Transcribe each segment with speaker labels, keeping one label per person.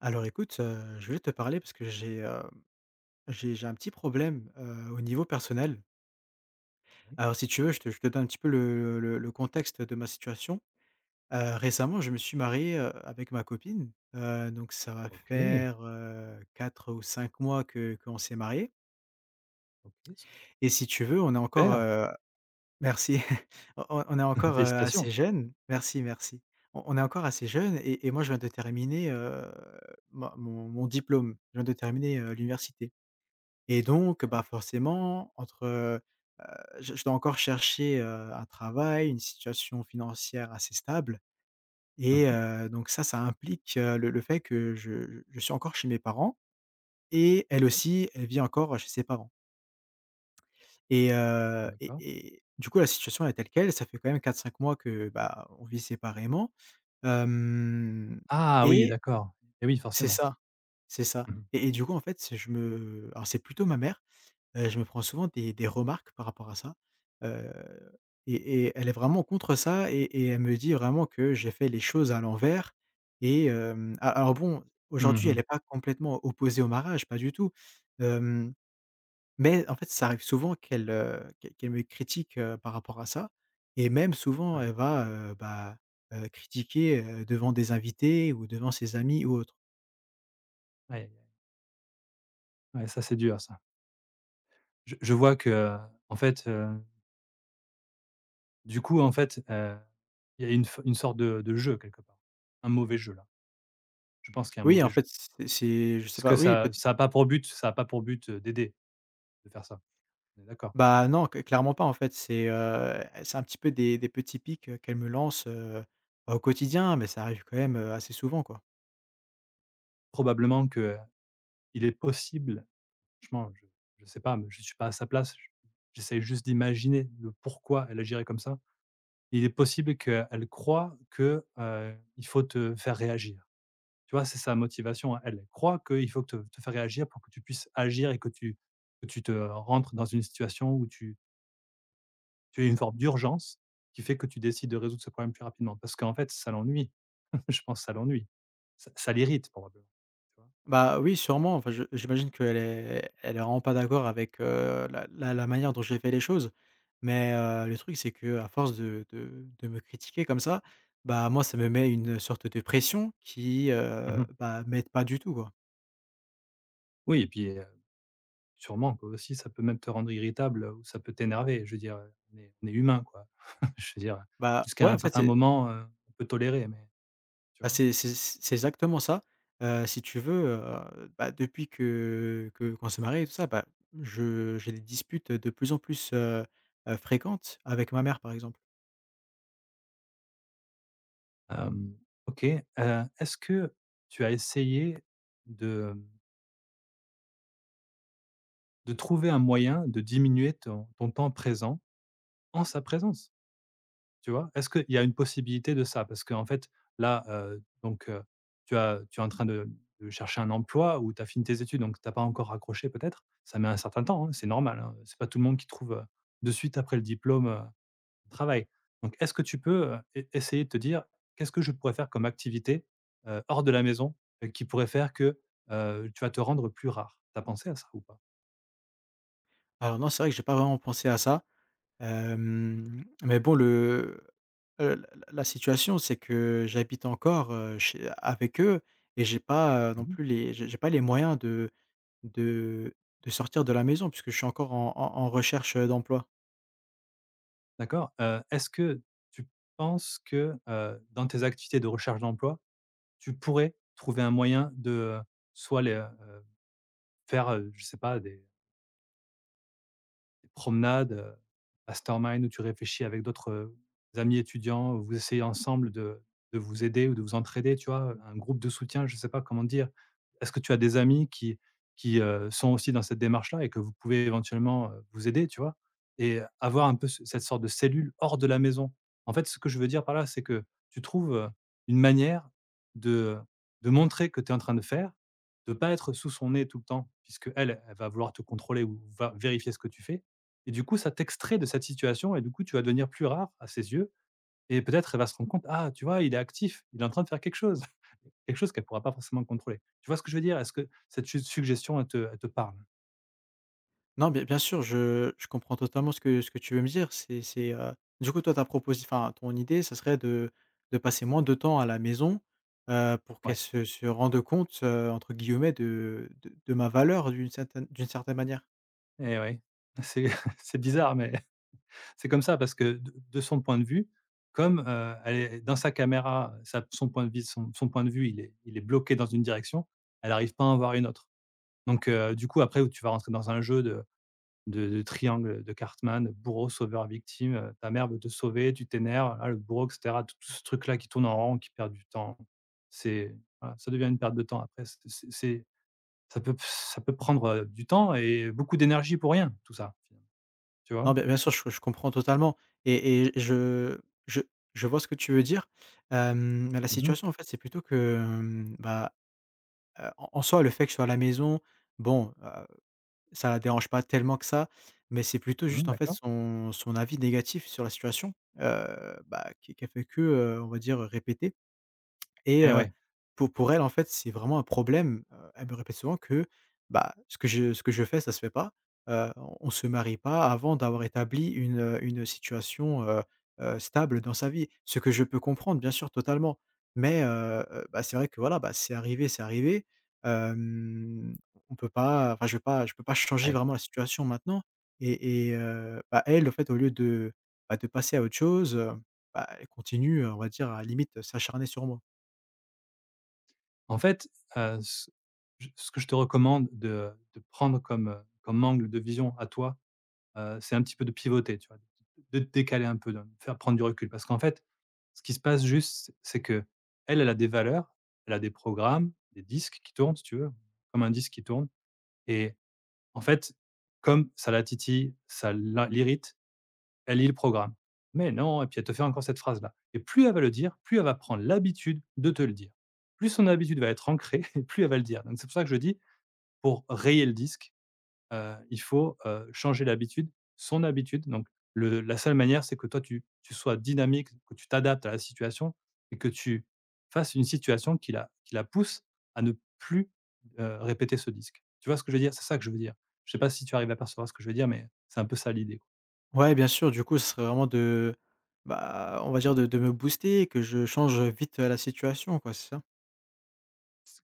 Speaker 1: Alors écoute, je voulais te parler parce que j'ai un petit problème, au niveau personnel.
Speaker 2: Oui,
Speaker 1: Alors si tu veux, je te donne un petit peu le contexte de ma situation. Récemment, je me suis marié, avec ma copine, donc ça va
Speaker 2: OK,
Speaker 1: faire, 4 ou 5 mois que qu'on s'est marié.
Speaker 2: OK,
Speaker 1: Et si tu veux, on est encore,
Speaker 2: super,
Speaker 1: merci, on est encore,
Speaker 2: félicitations.
Speaker 1: assez jeune. Merci, merci. On est encore assez jeune. Et moi je viens de terminer, ma mon mon diplôme. Je viens de terminer, l'université. Et donc, bah, forcément, entre, je dois encore chercher, un travail, une situation financière assez stable.
Speaker 2: Mmh mh,
Speaker 1: Donc ça implique, le fait que je suis encore chez mes parents, et elle aussi, elle vit encore chez ses parents.
Speaker 2: d'accord.
Speaker 1: Du coup, la situation est telle quelle. Ça fait quand même quatre cinq mois que, bah, on vit séparément, hem
Speaker 2: Ah oui,
Speaker 1: et
Speaker 2: d'accord et oui,
Speaker 1: c'est
Speaker 2: forcément.
Speaker 1: ça, c'est ça.
Speaker 2: Mmh mh.
Speaker 1: Et du coup, en fait, c'est- je me alors c'est plutôt ma mère. Je me prends souvent des remarques par rapport à ça, heu et elle est vraiment contre ça et elle me dit vraiment que j'ai fait les choses à l'envers. Et hem, a alors Bon,
Speaker 2: Mmh
Speaker 1: aujourd'hui, elle
Speaker 2: mh.
Speaker 1: est pas complètement opposée au mariage, pas du tout, hem, mais en fait, ça arrive souvent qu'elle, qu'elle me critique, par rapport à ça. Et même souvent
Speaker 2: Ouais.
Speaker 1: elle va, bah, critiquer, devant des invités ou devant ses amis ou autres.
Speaker 2: Aïe, aïe, aïe. Ouais, ça, c'est dur ça. Je vois que, en fait, du coup, en fait, il y a une sorte de jeu quelque part. Un mauvais jeu là. Je pense qu'il y a un
Speaker 1: Oui, en
Speaker 2: mauvais jeu.
Speaker 1: fait, c'est je sais
Speaker 2: Puisque
Speaker 1: pas, oui
Speaker 2: ça
Speaker 1: peut
Speaker 2: ça a pas pour but d'aider, de faire ça. On est d'accord?
Speaker 1: Bah, non, cl clairement pas. En fait, c'est un petit peu des petits pics, qu'elle me lance, au quotidien, mais ça arrive quand même, assez souvent, quoi.
Speaker 2: Probablement qu'il est possible. Franchement, je sais pas, mais je suis pas à sa place. J'essaie juste d'imaginer le pourquoi elle agirait comme ça. Il est possible qu'elle croit que, il faut te faire réagir. Tu vois? C'est sa motivation à elle. Elle croit qu'il faut te faire réagir pour que tu puisses agir et que tu te rentres dans une situation où tu aies une forme d'urgence qui fait que tu décides de résoudre ce problème plus rapidement. Parce qu'en fait, ça l'ennuie. Je pense que ça l'ennuie. Ça l'irrite probablement, tu vois?
Speaker 1: Bah, oui, sûrement, enfin, je j'imagine qu'elle est elle est vraiment pas d'accord avec, la manière dont j'ai fait les choses, mais le truc c'est que à force de me critiquer comme ça, bah, moi ça me met une sorte de pression qui,
Speaker 2: Mmh.
Speaker 1: bah, m'aide pas du tout, quoi.
Speaker 2: Oui et puis, sûrement, quoi, aussi, ça peut même te rendre irritable, ou ça peut t'énerver. Je veux dire, on est humain, quoi. Je veux dire,
Speaker 1: Bah,
Speaker 2: jusqu'à
Speaker 1: ouais,
Speaker 2: un
Speaker 1: en fait,
Speaker 2: certain
Speaker 1: c'est
Speaker 2: moment, on peut tolérer, mais tu
Speaker 1: Ah,
Speaker 2: vois?
Speaker 1: c'est exactement ça. Si tu veux, bah, depuis que qu'on s'est mariés et tout ça, bah, je j'ai des disputes de plus en plus, fréquentes avec ma mère, par exemple.
Speaker 2: Hem, OK, est-ce que tu as essayé de, de trouver un moyen de diminuer ton temps présent en sa présence? Tu vois? Est-ce qu'il y a une possibilité de ça? Parce qu'en fait, là, donc tu es en train de chercher un emploi ou tu as fini tes études, donc tu as pas encore raccroché peut-être. Ça met un certain temps, hein, c'est normal, hein. C'est pas tout le monde qui trouve, de suite après le diplôme, un travail. Donc est-ce que tu peux, e essayer de te dire : « Qu'est-ce que je pourrais faire comme activité, hors de la maison, qui pourrait faire que, tu vas te rendre plus rare ? » Tu as pensé à ça ou pas?
Speaker 1: Alors non, c'est vrai que j'ai pas vraiment pensé à ça, mais bon le, la la situation c'est que j'habite encore, chez avec eux et j'ai pas, non
Speaker 2: Mmh.
Speaker 1: plus les j'ai pas les moyens de de sortir de la maison puisque je suis encore en recherche d'emploi.
Speaker 2: D'accord? Est-ce que tu penses que, dans tes activités de recherche d'emploi, tu pourrais trouver un moyen de, heu, soit les, faire, je sais pas des promenades, mastermind où tu réfléchis avec d'autres, amis étudiants, où vous essayez ensemble de vous aider ou de vous entraider, tu vois? Un groupe de soutien, je ne sais pas comment dire. Est-ce que tu as des amis qui, sont aussi dans cette démarche-là et que vous pouvez éventuellement, vous aider, tu vois? Et avoir un peu ce cette sorte de cellule hors de la maison. En fait, ce que je veux dire par là, c'est que tu trouves, une manière de de montrer que tu es en train de faire, de pas être sous son nez tout le temps puisque elle va vouloir te contrôler ou va vérifier ce que tu fais. Et du coup, ça t'extrait de cette situation et du coup, tu vas devenir plus rare à ses yeux et peut-être elle va se rendre compte : « Ah, tu vois, il est actif, il est en train de faire quelque chose », quelque chose qu'elle pourra pas forcément contrôler. Tu vois ce que je veux dire? Est-ce que cette su suggestion, elle te parle?
Speaker 1: Non, bien bien sûr, je comprends totalement ce que tu veux me dire. Du coup, toi, ton idée, ça serait de passer moins de temps à la maison, pour
Speaker 2: Ouais
Speaker 1: qu'elle se rende compte, entre guillemets, de ma valeur d'une certaine manière?
Speaker 2: et ouais. C'est c'est bizarre, mais c'est comme ça parce que de son point de vue, comme, elle est dans sa caméra, sa son point de vue son son point de vue, il est bloqué dans une direction, elle n'arrive pas à en voir une autre. Donc du coup, après où tu vas rentrer dans un jeu de triangle de Cartman, bourreau, sauveur, victime, ta mère veut te sauver, tu t'énerves, ah, le bourreau et cetera, tout ce truc-là qui tourne en rond, qui perd du temps. C'est Voilà, ça devient une perte de temps après, c'est ça peut prendre, du temps et beaucoup d'énergie pour rien, tout ça, tu vois?
Speaker 1: Non, bien bien sûr, je comprends totalement et je je vois ce que tu veux dire. Mais la
Speaker 2: Mmh mh.
Speaker 1: situation, en fait, c'est plutôt que, bah, en soi, le fait que je sois à la maison, bon, euh, ça la dérange pas tellement que ça, mais c'est plutôt juste,
Speaker 2: Mmh,
Speaker 1: en fait,
Speaker 2: d'accord
Speaker 1: son avis négatif sur la situation, bah, qui qu'elle fait que, on va dire, répéter. Et
Speaker 2: et
Speaker 1: heu,
Speaker 2: ouais,
Speaker 1: pour elle, en fait, c'est vraiment un problème. Elle me répète souvent que, bah, ce que je fais, ça se fait pas. Heu, on ne se marie pas avant d'avoir établi une situation, stable dans sa vie. Ce que je peux comprendre, bien sûr, totalement. Bah, c'est vrai que, voilà, bah, c'est arrivé, c'est arrivé. Hem, on peut pas je peux pas changer
Speaker 2: ouais.
Speaker 1: vraiment la situation maintenant. Bah, elle, en fait, au lieu de, bah, de passer à autre chose, bah, elle continue, on va dire, à la limite s'acharner sur moi.
Speaker 2: En fait, heu, ce ce que je te recommande de prendre comme, comme angle de vision à toi. C'est un petit peu de pivoter, tu vois? De te décaler un peu, de faire prendre du recul. Parce qu'en fait, ce qui se passe juste, c'est qu'elle, elle a des valeurs, elle a des programmes, des disques qui tournent, si tu veux, comme un disque qui tourne et en fait, comme ça la titille, ça la l'irrite, elle lit le programme. « Mais non » et puis elle te fait encore cette phrase-là et plus elle va le dire, plus elle va prendre l'habitude de te le dire. Plus son habitude va être ancrée et plus elle va le dire. Donc c'est pour ça que je dis, pour rayer le disque, il faut, changer l'habitude, son habitude. Donc le la seule manière, c'est que toi, tu sois dynamique, que tu t'adaptes à la situation et que tu fasses une situation qui la pousse à ne plus, répéter ce disque. Tu vois ce que je veux dire? C'est ça que je veux dire. Je sais pas si tu arrives à percevoir ce que je veux dire, mais c'est un peu ça l'idée, quoi.
Speaker 1: Ouais, bien sûr, du coup, ce serait vraiment de on va dire de me booster et que je change vite, la situation, quoi, c'est ça?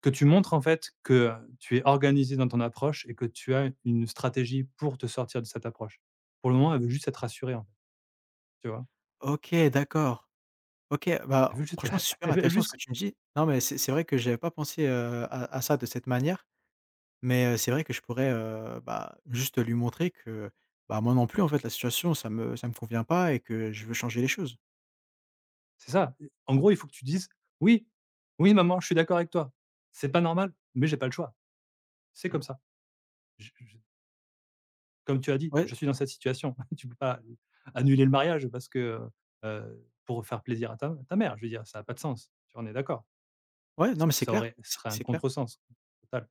Speaker 2: Que tu montres, en fait, que tu es organisé dans ton approche et que tu as une stratégie pour te sortir de cette approche. Pour le moment, elle veut juste être rassurée, en fait, tu vois?
Speaker 1: OK, d'accord. OK,
Speaker 2: Elle
Speaker 1: bah,
Speaker 2: veut juste
Speaker 1: franchement, c'est super
Speaker 2: elle veut
Speaker 1: intéressant ce que
Speaker 2: juste.
Speaker 1: tu me dis. Non, mais c'est vrai que j'avais pas pensé, à ça de cette manière, mais c'est vrai que je pourrais, bah, juste lui montrer que, bah, moi non plus, en fait, la situation, ça me convient pas et que je veux changer les choses.
Speaker 2: C'est ça. En gros, il faut que tu dises : « Oui, oui maman, je suis d'accord avec toi. C'est pas normal, mais j'ai pas le choix. C'est
Speaker 1: Mmh.
Speaker 2: comme ça. Je Comme tu as dit,
Speaker 1: Ouais,
Speaker 2: je suis dans cette situation ». Tu peux pas annuler le mariage parce que, pour faire plaisir à ta mère. Je veux dire, ça a pas de sens. Tu en es d'accord?
Speaker 1: ouais, non, mais c'est
Speaker 2: ça aurait
Speaker 1: clair,
Speaker 2: ce serait un
Speaker 1: c'est clair.
Speaker 2: contresens total.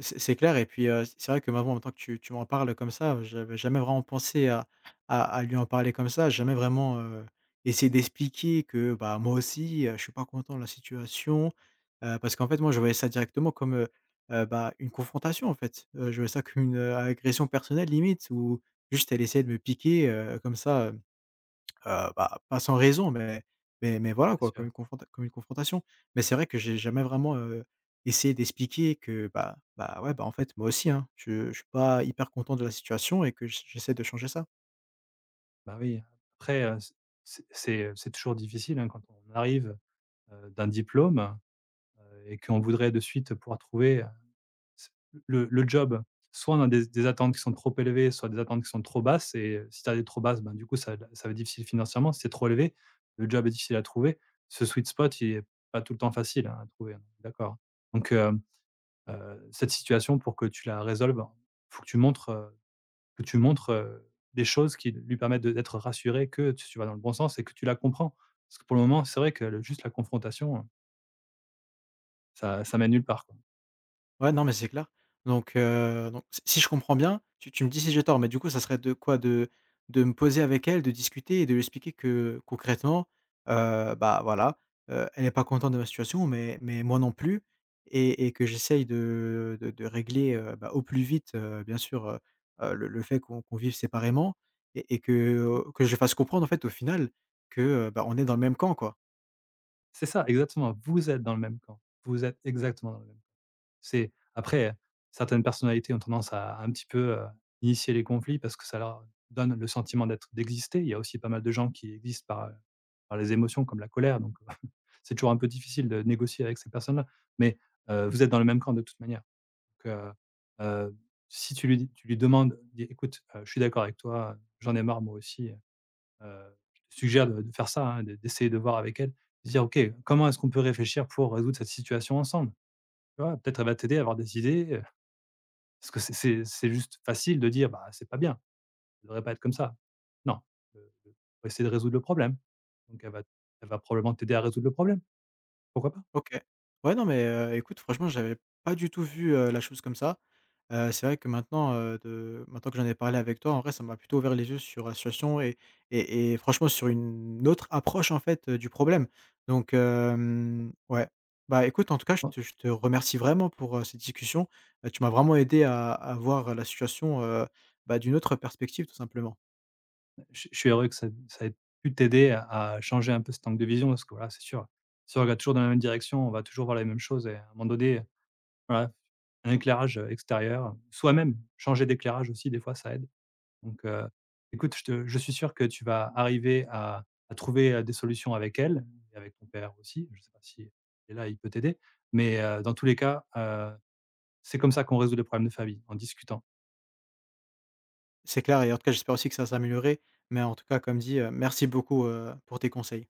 Speaker 1: C'est clair et puis, c'est vrai que maintenant que tu m'en parles comme ça, j'avais jamais vraiment pensé à à lui en parler comme ça. Jamais vraiment, essayé d'expliquer que, bah, moi aussi, je suis pas content de la situation, parce qu'en fait, moi, je voyais ça directement comme, bah, une confrontation, en fait. Je voyais ça comme une, agression personnelle limite, où juste elle essayait de me piquer, comme ça, bah, pas sans raison, mais voilà
Speaker 2: Bien
Speaker 1: quoi, comme
Speaker 2: sûr.
Speaker 1: une confronta comme une confrontation. Mais c'est vrai que j'ai jamais vraiment, essayé d'expliquer que, bah, ouais, bah, en fait, moi aussi, hein, je suis pas hyper content de la situation et que j'essaie de changer ça.
Speaker 2: Bah, oui. Après, c'est toujours difficile, hein, quand on arrive, d'un diplôme, et qu'on voudrait de suite pouvoir trouver le job, soit on a des attentes qui sont trop élevées, soit des attentes qui sont trop basses et si tu as des trop basses, ben, du coup, ça va être difficile financièrement. Si c'est trop élevé, le job est difficile à trouver. Ce sweet spot, il est pas tout le temps facile, hein, à trouver, d'accord. Donc cette situation pour que tu la résolves, il faut que tu montres, des choses qui lui permettent de d'être rassuré que tu vas dans le bon sens et que tu la comprends. Parce que pour le moment, c'est vrai que le juste la confrontation, ça mène nulle part, quoi.
Speaker 1: Ouais, non, mais c'est clair. Donc, si je comprends bien, tu me dis si j'ai tort, mais du coup, ça serait de quoi? De me poser avec elle, de discuter et de lui expliquer que concrètement, bah, voilà, elle n'est pas contente de ma situation, mais moi non plus, et que j'essaye de régler, bah, au plus vite, bien sûr, le fait qu'on vive séparément, et que, je fasse comprendre, en fait, au final que, bah, on est dans le même camp, quoi.
Speaker 2: C'est ça, exactement, vous êtes dans le même camp. Vous êtes exactement dans le même. C'est après, certaines personnalités ont tendance à un petit peu, initier les conflits parce que ça leur donne le sentiment d'exister. Il y a aussi pas mal de gens qui existent par les émotions comme la colère, donc c'est toujours un peu difficile de négocier avec ces personnes-là. Mais vous êtes dans le même camp de toute manière. Donc heu, si tu lui demandes, dis : « Écoute, je suis d'accord avec toi, j'en ai marre moi aussi, je te suggère de faire ça, hein », de d'essayer de voir avec elle, de dire : « OK, comment est-ce qu'on peut réfléchir pour résoudre cette situation ensemble ? » tu vois? Peut-être elle va t'aider à avoir des idées, parce que c'est juste facile de dire : « Bah, c'est pas bien, ça devrait pas être comme ça ». Non, heu, heu, faut essayer de résoudre le problème. Donc elle va probablement t'aider à résoudre le problème, pourquoi pas?
Speaker 1: OK. Ouais, non, mais écoute, franchement, j'avais pas du tout vu, la chose comme ça. C'est vrai que maintenant que j'en ai parlé avec toi, en vrai, ça m'a plutôt ouvert les yeux sur la situation, et franchement sur une autre approche, en fait, du problème. Ouais. Bah, écoute, en tout cas,
Speaker 2: Bon,
Speaker 1: je te remercie vraiment pour, cette discussion. Tu m'as vraiment aidé à voir la situation, bah, d'une autre perspective, tout simplement.
Speaker 2: je suis heureux que ça ait pu t'aider à changer un peu cet angle de vision parce que, voilà, c'est sûr, si on regarde toujours dans la même direction, on va toujours voir les mêmes choses et à un moment donné, voilà, un éclairage, extérieur, soi-même, changer d'éclairage aussi, des fois, ça aide. Donc, écoute, je suis sûr que tu vas arriver à trouver, des solutions avec elle et avec ton père aussi. Je ne sais pas si il est là, il peut t'aider. Mais, dans tous les cas, c'est comme ça qu'on résout les problèmes de famille, en discutant.
Speaker 1: C'est clair, et en tout cas, j'espère aussi que ça va s'améliorer, mais en tout cas, comme dit, merci beaucoup, pour tes conseils.